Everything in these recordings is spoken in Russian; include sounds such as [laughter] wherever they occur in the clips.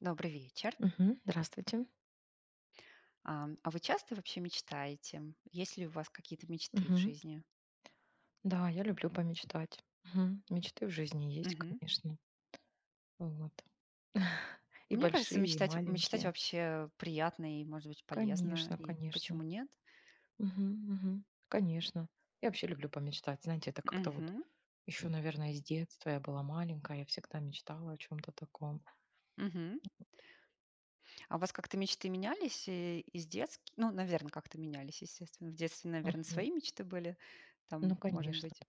Добрый вечер. Мгм. Здравствуйте. А вы часто вообще мечтаете? Есть ли у вас какие-то мечты в Мгм. жизни? Да, я люблю помечтать. Мгм. Мечты в жизни есть, Мгм. конечно. Вот. [laughs] И Мне кажется, большие, и мечтать, мечтать маленькие. вообще приятно и, может быть, полезно. Конечно, И почему конечно. нет? Мгм, мгм. Конечно. Я вообще люблю помечтать. Знаете, это как-то вот Мгм. еще, наверное, с детства я была маленькая, я всегда мечтала о чем-то таком. Мгм. А у вас как-то мечты менялись из детских? Ну, наверное, как-то менялись, естественно. В детстве, наверное, Мгм. свои мечты были. Ну, Там, может конечно. быть,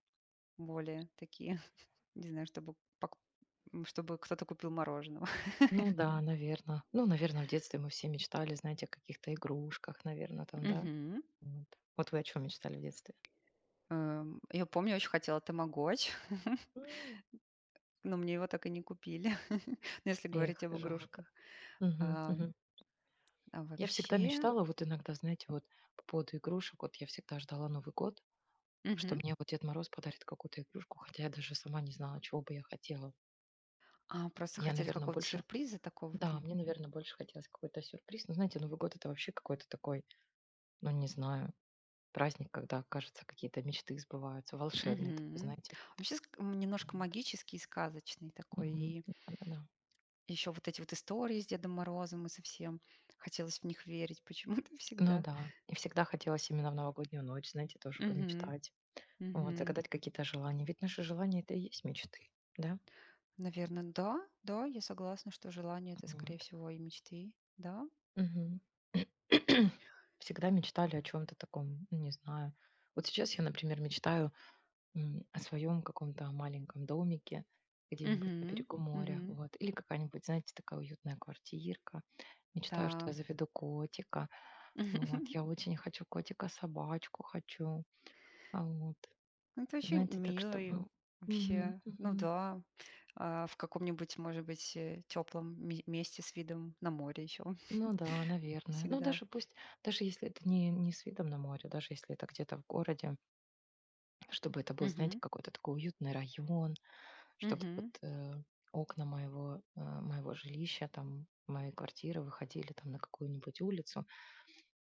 более такие, [laughs] не знаю, чтобы, пок- чтобы кто-то купил мороженого. Ну да, наверное. Ну, наверное, в детстве мы все мечтали, знаете, о каких-то игрушках, наверное, [laughs] там, да? Мгм. Вот. Вот вы о чем мечтали в детстве? Я помню, очень хотела тамагочи. [laughs] М. Но мне его так и не купили, [laughs] ну, если говорить Эх, об жалко. игрушках. Мгм, А, мгм. а Я всегда вообще мечтала, вот иногда, знаете, вот по поводу игрушек, вот я всегда ждала Новый год, что мгм. мне вот Дед Мороз подарит какую-то игрушку, хотя я даже сама не знала, чего бы я хотела. А, просто Я, хотели наверное, какого-то больше... сюрприза такого вот Да, ин мне, наверное, больше хотелось какой-то сюрприз. Но, знаете, Новый год это вообще какой-то такой, ну, не знаю, праздник, когда, кажется, какие-то мечты сбываются, волшебные, такой, Мгм. знаете. Вообще немножко Вот. магический и сказочный такой. Мгм. И Да-да-да. еще вот эти вот истории с Дедом Морозом и совсем хотелось в них верить почему-то [laughs] Ну всегда. да. И всегда хотелось именно в новогоднюю ночь, знаете, тоже Мгм, помечтать. Вот, мгм. загадать какие-то желания. Ведь наши желания — это и есть мечты, да? Наверно, да, да, я согласна, что желание — это, скорее Вот. всего, и мечты. Да. Мгм. [clears throat] Всегда мечтали о чем то таком, ну, не знаю. Вот сейчас я, например, мечтаю, о своем каком-то маленьком домике где-нибудь на Мгм, берегу моря, мгм. вот. Или какая-нибудь, знаете, такая уютная квартирка. Мечтаю, что я Да. заведу котика. Вот, я [laughs] очень хочу котика, собачку хочу. А, вот. Это очень Знаете, так мило и чтобы. Мгм, вообще. Ну мгм. да, в каком-нибудь, может быть, теплом месте с видом на море еще [laughs] Ну да, наверное. Ну, всегда. даже пусть, даже если это не с видом на море, даже если это где-то в городе, чтобы это был, знаете, Мгм. какой-то такой уютный район, чтобы вот Мгм. Окна моего жилища, там, моей квартиры выходили там на какую-нибудь улицу,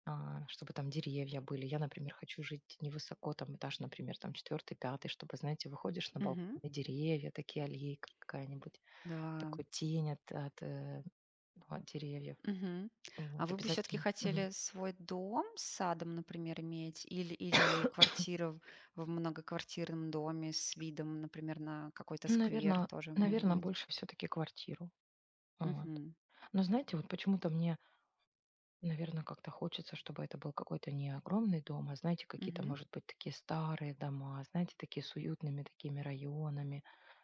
чтобы там деревья были. Я, например, хочу жить невысоко, там этаж, например, там четвертый, пятый, чтобы, знаете, выходишь на балкон, Мгм. и деревья, такие аллейка какая-нибудь, Да. такой тень от ну, от деревьев. Мгм. А Вот, вы бы все-таки обязательно. хотели свой дом с садом, например, иметь, или квартиру в многоквартирном доме с видом, например, на какой-то сквер Наверное, тоже, может наверное, быть? больше все таки квартиру. Вот. Мгм. Но знаете, вот почему-то мне, наверное, как-то хочется, чтобы это был какой-то не огромный дом, а, знаете, какие-то, Мгм. может быть, такие старые дома, знаете, такие с уютными такими районами,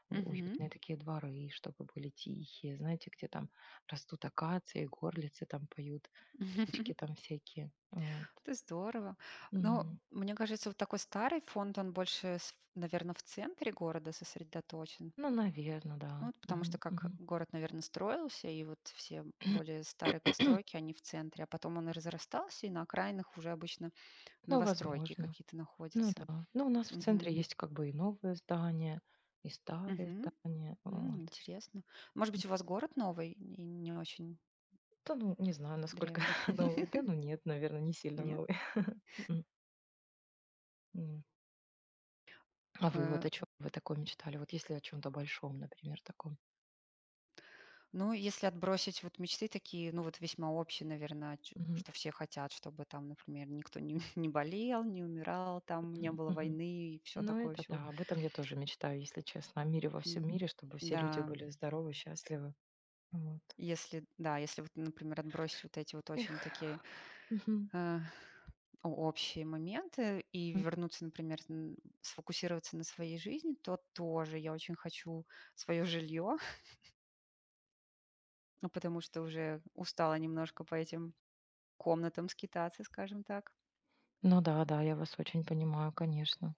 у Мгм. уютные такие дворы, чтобы были тихие, знаете, где там растут акации, горлицы там поют, птички [laughs] там всякие. Вот. Это здорово. Но Мгм. мне кажется, вот такой старый фонд, он больше, наверное, в центре города сосредоточен. Ну, наверное, Ну, да. вот потому что Мгм, как мгм. город, наверное, строился, и вот все более [clears throat] старые постройки, они в центре, а потом он и разрастался, и на окраинах уже обычно Ну, новостройки возможно. какие-то Ну находятся. да. Ну, у нас в центре Мгм. есть как бы и новые здания, и старые Мгм. здания. М, Вот. Интересно. Может быть, у вас город новый и не очень Да, ну, не знаю, насколько древний? [laughs] [laughs] новые. Да, ну нет, наверное, не сильно Нет? новые. Мгм. М. А вы Э, вот о чем вы такое мечтали? Вот если о чем-то большом, например, таком. Ну, если отбросить вот мечты такие, ну, вот весьма общие, наверное, Мгм, что все хотят, чтобы там, например, никто не, [laughs] не болел, не умирал, там не мгм, было мгм. войны и все Ну, такое, это все. да, об этом я тоже мечтаю, если честно, о мире во всем мире, чтобы все люди Да, были здоровы, счастливы. Вот. Да, если вот, например, отбросить вот эти вот Эх. очень такие Мгм. э, общие моменты и М. вернуться, например, сфокусироваться на своей жизни, то тоже я очень хочу свое жилье, [laughs] потому что уже устала немножко по этим комнатам скитаться, скажем так. Ну да, да, я вас очень понимаю, конечно.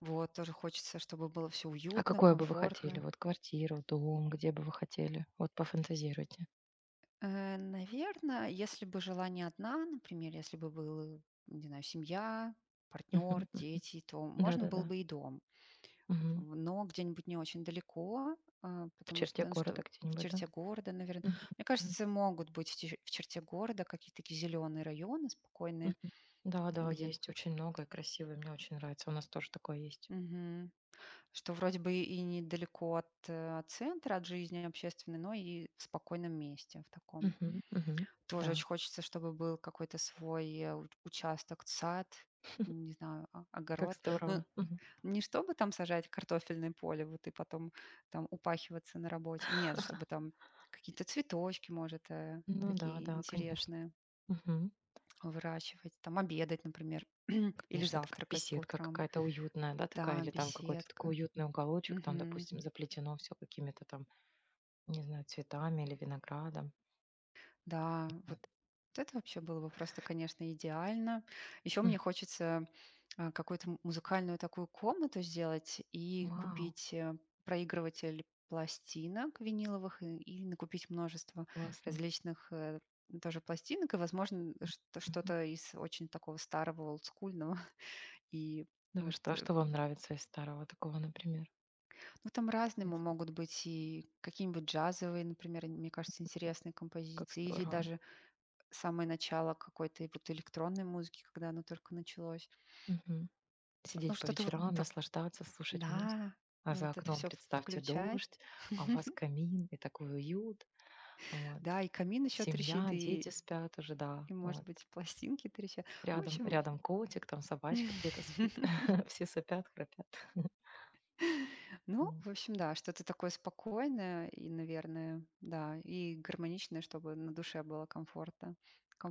Вот, тоже хочется, чтобы было все А уютно, какое бы вы хотели? комфортно. Вот квартиру, дом, где бы вы хотели? Вот пофантазируйте. Наверное, если бы жила не одна, например, если бы был, не знаю, семья, партнер, Мгм. М. дети, то можно было Да-да-да. бы и дом. Мгм. В но где-нибудь не очень далеко, В потому черте что, ну что, города в где-нибудь, да? черте города, наверное. Мгм. Мне Мгм. кажется, могут быть в черте города какие-то такие зеленые районы спокойные, Мгм. Да-да, где есть очень много и красивые, мне очень нравится. У нас тоже такое есть. Мгм. Что вроде бы и недалеко от центра, от жизни общественной, но и в спокойном месте, в таком. Мгм. Мгм. Тоже очень Да, хочется, чтобы был какой-то свой, э, у участок, сад, не знаю, о как огород. Ну, здорово. Мгм. не чтобы там сажать картофельное поле, вот, и потом там упахиваться на работе. Нет, чтобы [laughs] там какие-то цветочки, может, Ну да, такие да, конечно. интересные Мгм. выращивать, там обедать, например, [clears throat] или Конечно, такая завтракать по беседка утрам. какая-то уютная, да, такая, Да, или там какой-то беседка. такой уютный уголочек, там, Мгм. допустим, заплетено все какими-то там, не знаю, цветами или виноградом. Да, вот. Вот. Вот это вообще было бы просто, конечно, идеально. Еще М. мне хочется какую-то музыкальную такую комнату сделать и Вау. купить проигрыватель пластинок виниловых и накупить множество Классно. различных тоже пластинок, и, возможно, что- Мгм. что-то из очень такого старого, олдскульного. [laughs] И Да вы вот, что? А что вам нравится из старого такого, например? ну, там разному Интересно. могут быть и какие-нибудь джазовые, например, мне кажется, интересные Как композиции, или здорово. даже самое начало какой-то вот электронной музыки, когда оно только началось. Мгм. Ну, Сидеть по что-то вот вечерам, так, наслаждаться, слушать музыку, да, а ну, за вот это окном все представьте включать. дождь, а у вас камин и такой уют. Вот. Да, и камин еще трещит, Семья, и дети спят уже, да. и, может Вот. быть, пластинки трещат. ну В Рядом, общем, рядом котик, там собачка где-то спит. [laughs] [laughs] Все сопят, храпят. ну, М. в общем, да, что-то такое спокойное и, наверное, да, и гармоничное, чтобы на душе было комфортно,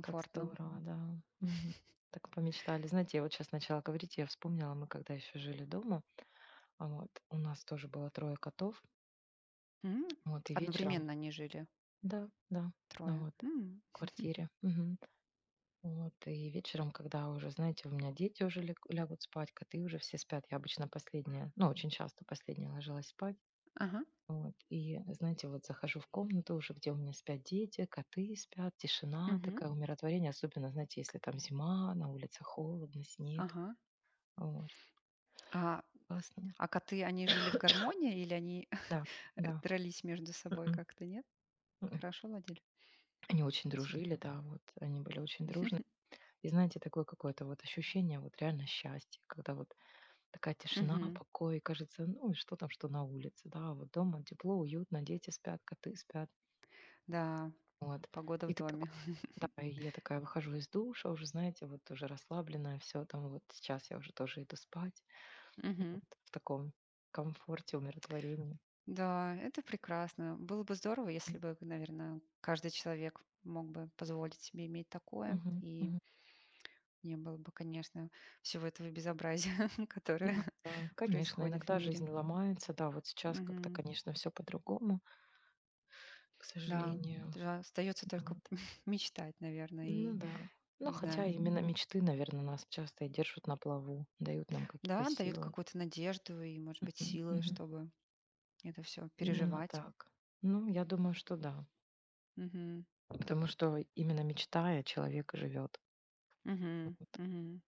Как здорово, да. Мгм. Так помечтали. Знаете, я вот сейчас начала говорить, я вспомнила, мы когда еще жили дома, а вот у нас тоже было трое котов. М. Вот и вечером, Одновременно они жили да, да, ну трое. вот М. в квартире. Мгм. Вот и вечером, когда уже, знаете, у меня дети уже лег лягут спать, коты уже все спят. Я обычно последняя, ну, очень часто последняя ложилась спать. Ага. Вот и, знаете, вот захожу в комнату уже, где у меня спят дети, коты спят, тишина Мгм. такая, умиротворение. Особенно, знаете, если там зима, на улице холодно, снег. Ага. Вот А классно. а коты, они жили в [coughs] гармонии или они Да, да. дрались между собой Мгм. как-то, нет? Мгм. Хорошо ладили? Они очень Интересно. дружили, да, вот они были очень дружны. [laughs] И знаете, такое какое-то вот ощущение вот реально счастья, когда вот такая тишина, Мгм. покой, кажется, ну и что там, что на улице, да, вот дома тепло, уютно, дети спят, коты спят, Да, вот. погода в И ты такой, доме. [laughs] да, и я такая выхожу из душа уже, знаете, вот уже расслабленная, все там вот сейчас я уже тоже иду спать, вот Мгм. в таком комфорте, умиротворении. Да, это прекрасно. Было бы здорово, если М. бы, наверное, каждый человек мог бы позволить себе иметь такое, Мгм, и мгм. не было бы, конечно, всего этого безобразия, [laughs] которое Ну [laughs] да, конечно, происходит в иногда мире. жизнь ломается, да, вот сейчас как-то, Мгм. конечно, все по-другому. К Да, сожалению, жа остается только вот. [laughs] мечтать, наверное, Ну и, да. Ну, не знаю, хотя возможно. именно мечты, наверное, нас часто и держат на плаву, дают нам какие-то Да, дает силы. какую-то надежду и, может быть, Мгм, силы, мгм. чтобы это все Именно переживать. так. Ну, я думаю, что да. Мгм. Потому что именно мечтая, человек живет. Мгм. Вот. Мгм.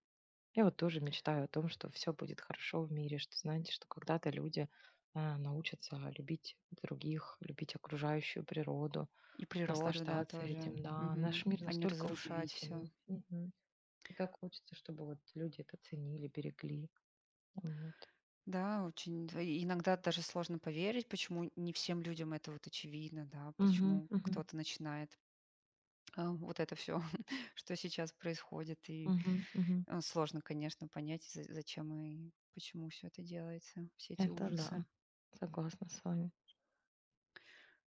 Я вот тоже мечтаю о том, что все будет хорошо в мире, что, знаете, что когда-то люди, научатся любить других, любить окружающую природу, И природу, да, наслаждаться этим. тоже. Да, наш Мгм. мир А не настолько разрушать все. удивительный. Мгм. Так хочется, чтобы вот люди это ценили, берегли. Вот. Да, очень д и иногда даже сложно поверить, почему не всем людям это вот очевидно, да, Мгм, почему мгм, кто-то начинает, вот это все, [laughs] что сейчас происходит. И, мгм, мгм. Сложно, конечно, понять, за зачем и почему все это делается, все эти Это ужасы. да, согласна с вами.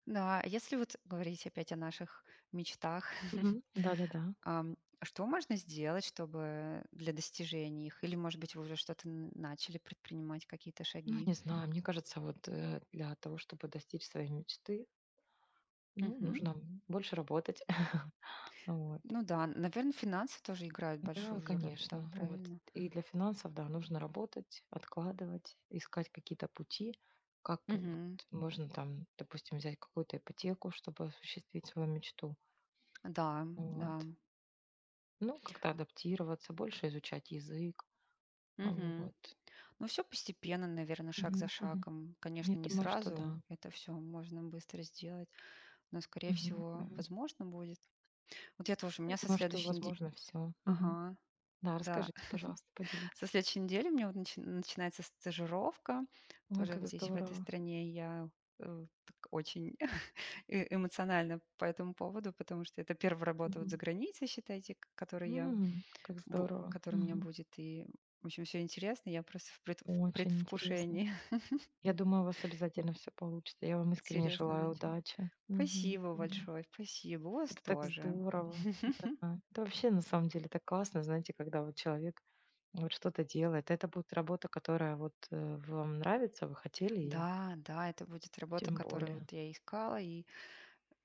Да, а если вот говорить опять о наших мечтах. [laughs] Мгм. Да-да-да. Ам, что можно сделать, чтобы для достижения их? Или, может быть, вы уже что-то начали предпринимать, какие-то Ну, шаги? не знаю, мне кажется, вот для того, чтобы достичь своей мечты, ну, Мгм. нужно. Мгм. Больше работать. [laughs] Вот. Ну да, наверное, финансы тоже играют большую Да, же роль, да, конечно. Вот. правильно? И для финансов, да, нужно работать, откладывать, искать какие-то пути, вот Мгм. можно там, допустим, взять какую-то ипотеку, чтобы осуществить свою мечту. Да, да. Вот. Ну, как-то адаптироваться, больше изучать язык. А, Мгм. вот. Ну все постепенно, наверное, шаг за Мгм, мгм. шагом. Я Конечно, не думаю, что сразу да. это все можно быстро сделать, но, скорее Мгм, всего, мгм. возможно будет. Вот я тоже, у Я меня со думаю, что следующей неде- возможно все. Ага, Да, да, расскажите, пожалуйста, со поделитесь. следующей недели у меня вот начинается стажировка. Ой, Тоже как вот здесь, в этой здорово. стране, я так очень [laughs] эмоционально по этому поводу, потому что это первая работа вот за Мгм. границей, считайте, М, как здорово. которая у меня Мгм. будет. И, в общем, все интересно. Я просто в Очень интересно. предвкушении Я думаю, у вас обязательно [laughs] все получится. Я вам искренне интересного желаю начала. удачи. Мгм, Спасибо мгм. большое, спасибо. У вас Это так тоже. здорово. [laughs] Да. Это вообще на самом деле так классно, знаете, когда вот человек вот что-то делает. Это будет работа, которая вот вам нравится, вы хотели ее, Да, да, это будет работа, тем которую более. вот я искала. И,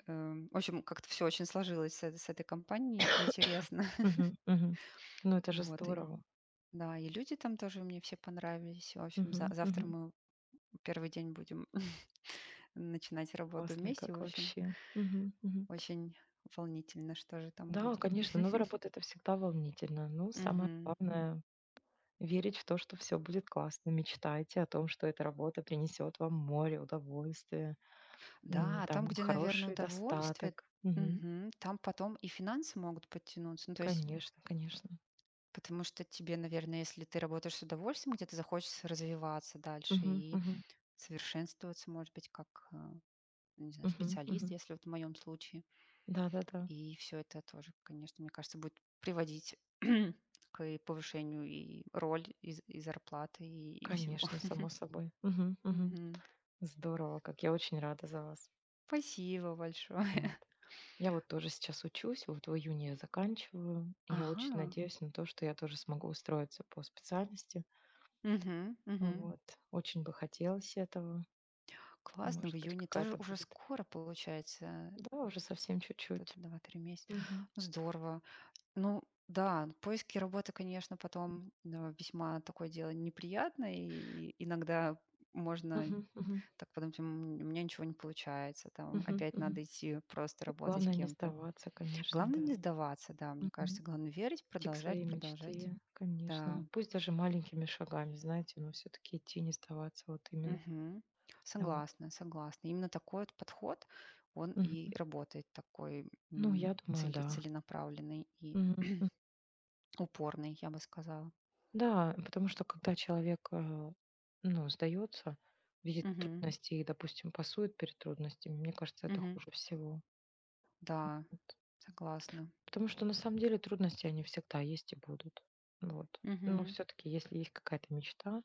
в общем, как-то все очень сложилось с этой компанией. Интересно. Мгм, мгм. Ну это же Вот, и здорово. да, и люди там тоже мне все понравились. В общем, за Мгм, завтра мгм. мы первый день будем [laughs] начинать работу Классно, вместе. В как общем, вообще. Мгм, мгм. очень волнительно, что же там Да, будет. конечно, [laughs] новая работа это всегда волнительно. Ну, самое Мгм. главное верить в то, что все будет классно. Мечтайте о том, что эта работа принесет вам море удовольствия, Да, а там, там где, наверное, хороший удовольствие, достаток. Мгм. Там потом и финансы могут подтянуться. Ну, то есть, Конечно, конечно. потому что тебе, наверное, если ты работаешь с удовольствием, где-то захочется развиваться дальше Мгм, и мгм, совершенствоваться, может быть, как, не знаю, мгм, специалист, мгм. если вот в моем случае. Да-да-да, И все это тоже, конечно, мне кажется, будет приводить [clears throat] к повышению и роль, и зарплаты, и всего. конечно, [laughs] само собой. Мгм, мгм. Мгм. Здорово, как я очень рада за вас. Спасибо большое. Вот. [laughs] Я вот тоже сейчас учусь, вот в июне я заканчиваю. И я очень Ага. надеюсь на то, что я тоже смогу устроиться по специальности. Мгм, мгм. Вот. Очень бы хотелось этого. Классно, в Может быть, июне тоже какая-то уже будет. скоро получается. Да, уже совсем Вот чуть-чуть. это 2 месяца. Мгм. Здорово. Ну да, поиски работы, конечно, потом, да, весьма такое дело неприятное, и иногда можно. Мгм, мгм, Так потом тем у меня ничего не получается, там мгм, опять мгм. надо идти просто работать Главное не кем-то. сдаваться, конечно, Главное да. не сдаваться, да, мне кажется, Мгм. главное верить, Идти к продолжать, своей продолжать. мечте, конечно. Да, Ну, пусть даже маленькими шагами, знаете, но все-таки идти, не сдаваться, вот именно. мгм. Вот. Согласна, согласна. Именно такой вот подход, он Мгм. и работает, такой Ну, я думаю, да. целенаправленный и Мгм. Мгм. упорный, я бы сказала. Да, потому что когда человек, ну, сдается, видит Мгм, трудности и, допустим, пасует перед трудностями, мне кажется, это мгм. хуже всего. Да, Вот. согласна. Потому что на самом деле трудности, они всегда есть и будут. Вот. Но Мгм, все-таки, если есть какая-то мечта,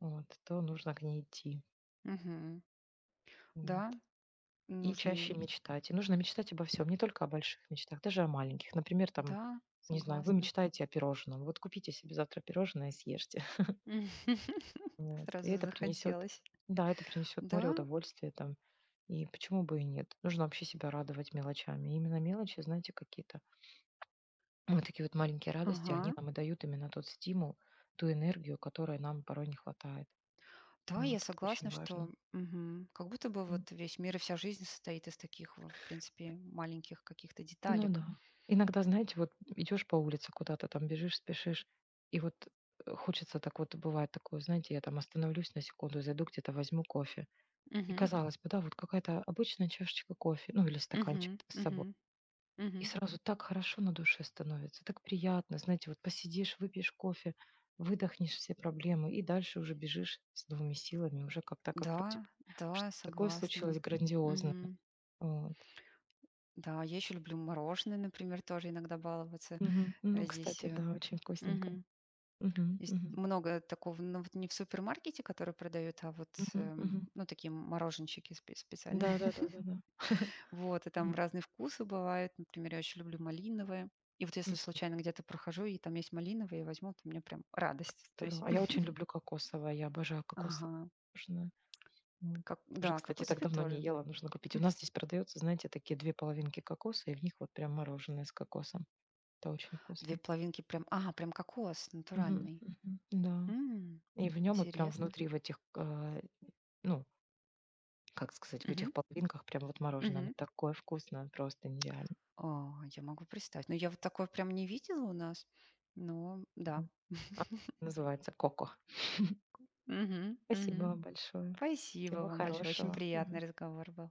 вот, то нужно к ней идти. мгм. Вот. Да, И нужно чаще и... и-. мечтать. И нужно мечтать обо всем не только о больших мечтах, даже о маленьких. Например, там, Да, не знаю, вы согласна. мечтаете о пирожном. Вот купите себе завтра пирожное и съешьте. [laughs] Мгм. [laughs] Вот. И Сразу это принесет захотелось. Да, это принесет море Да, удовольствия там. И почему бы и нет? Нужно вообще себя радовать мелочами. И именно мелочи, знаете, какие-то вот такие вот маленькие радости, ага. они нам и дают именно тот стимул, ту энергию, которой нам порой не хватает. Да, Ну я вот, это очень согласна, важно. что как будто бы вот весь мир и вся жизнь состоит из таких, вот, в принципе, маленьких каких-то Ну деталек. да. Иногда, знаете, вот идешь по улице куда-то, там бежишь, спешишь, и вот хочется так вот, бывает такое, знаете, я там остановлюсь на секунду, зайду где-то, возьму кофе. И Мгм. казалось бы, да, вот какая-то обычная чашечка кофе, ну или стаканчик Мгм. с собой. Мгм. И Мгм. сразу так хорошо на душе становится, так приятно, знаете, вот посидишь, выпьешь кофе, выдохнешь все проблемы, и дальше уже бежишь с новыми силами, уже как-то, как вроде Да, бы что да, такое согласна. случилось грандиозное. Мгм. Вот. Да, я еще люблю мороженое, например, тоже иногда баловаться. Мгм. Ну, Здесь кстати, э, да, очень вкусненько. мгм. Мгм, Есть мгм, много такого, ну вот не в супермаркете, который продают, а вот мгм, мгм. ну такие мороженщики специально. Да да да да да. [laughs] Вот, и там Мгм, разные вкусы бывают. Например, я очень люблю малиновые. И вот если м. случайно где-то прохожу, и там есть малиновые, я возьму, то мне прям Как радость. То есть, здорово. А я [laughs] очень люблю кокосовое, я обожаю кокосовое ага, мороженое. Вот. как, Уже, да, кстати, так кокосовый давно не тоже. ела, нужно купить. У нас здесь продается, знаете, такие 2 половинки кокоса, и в них вот прям мороженое с кокосом. Это очень Две вкусно. половинки прям, ага, прям кокос Мгм, натуральный. мгм. Да. М, И в нем и прям интересно. внутри в этих, ну, как сказать, в Мгм, этих половинках прям вот мороженое. Оно мгм. такое вкусное, просто нереально. Я могу представить. Но я вот такое прям не видела у нас. Но да. Мгм. А, называется "Коко". Мгм, Спасибо мгм. вам большое. Спасибо Всего вам большое. Очень хорошего. приятный Мгм. разговор был.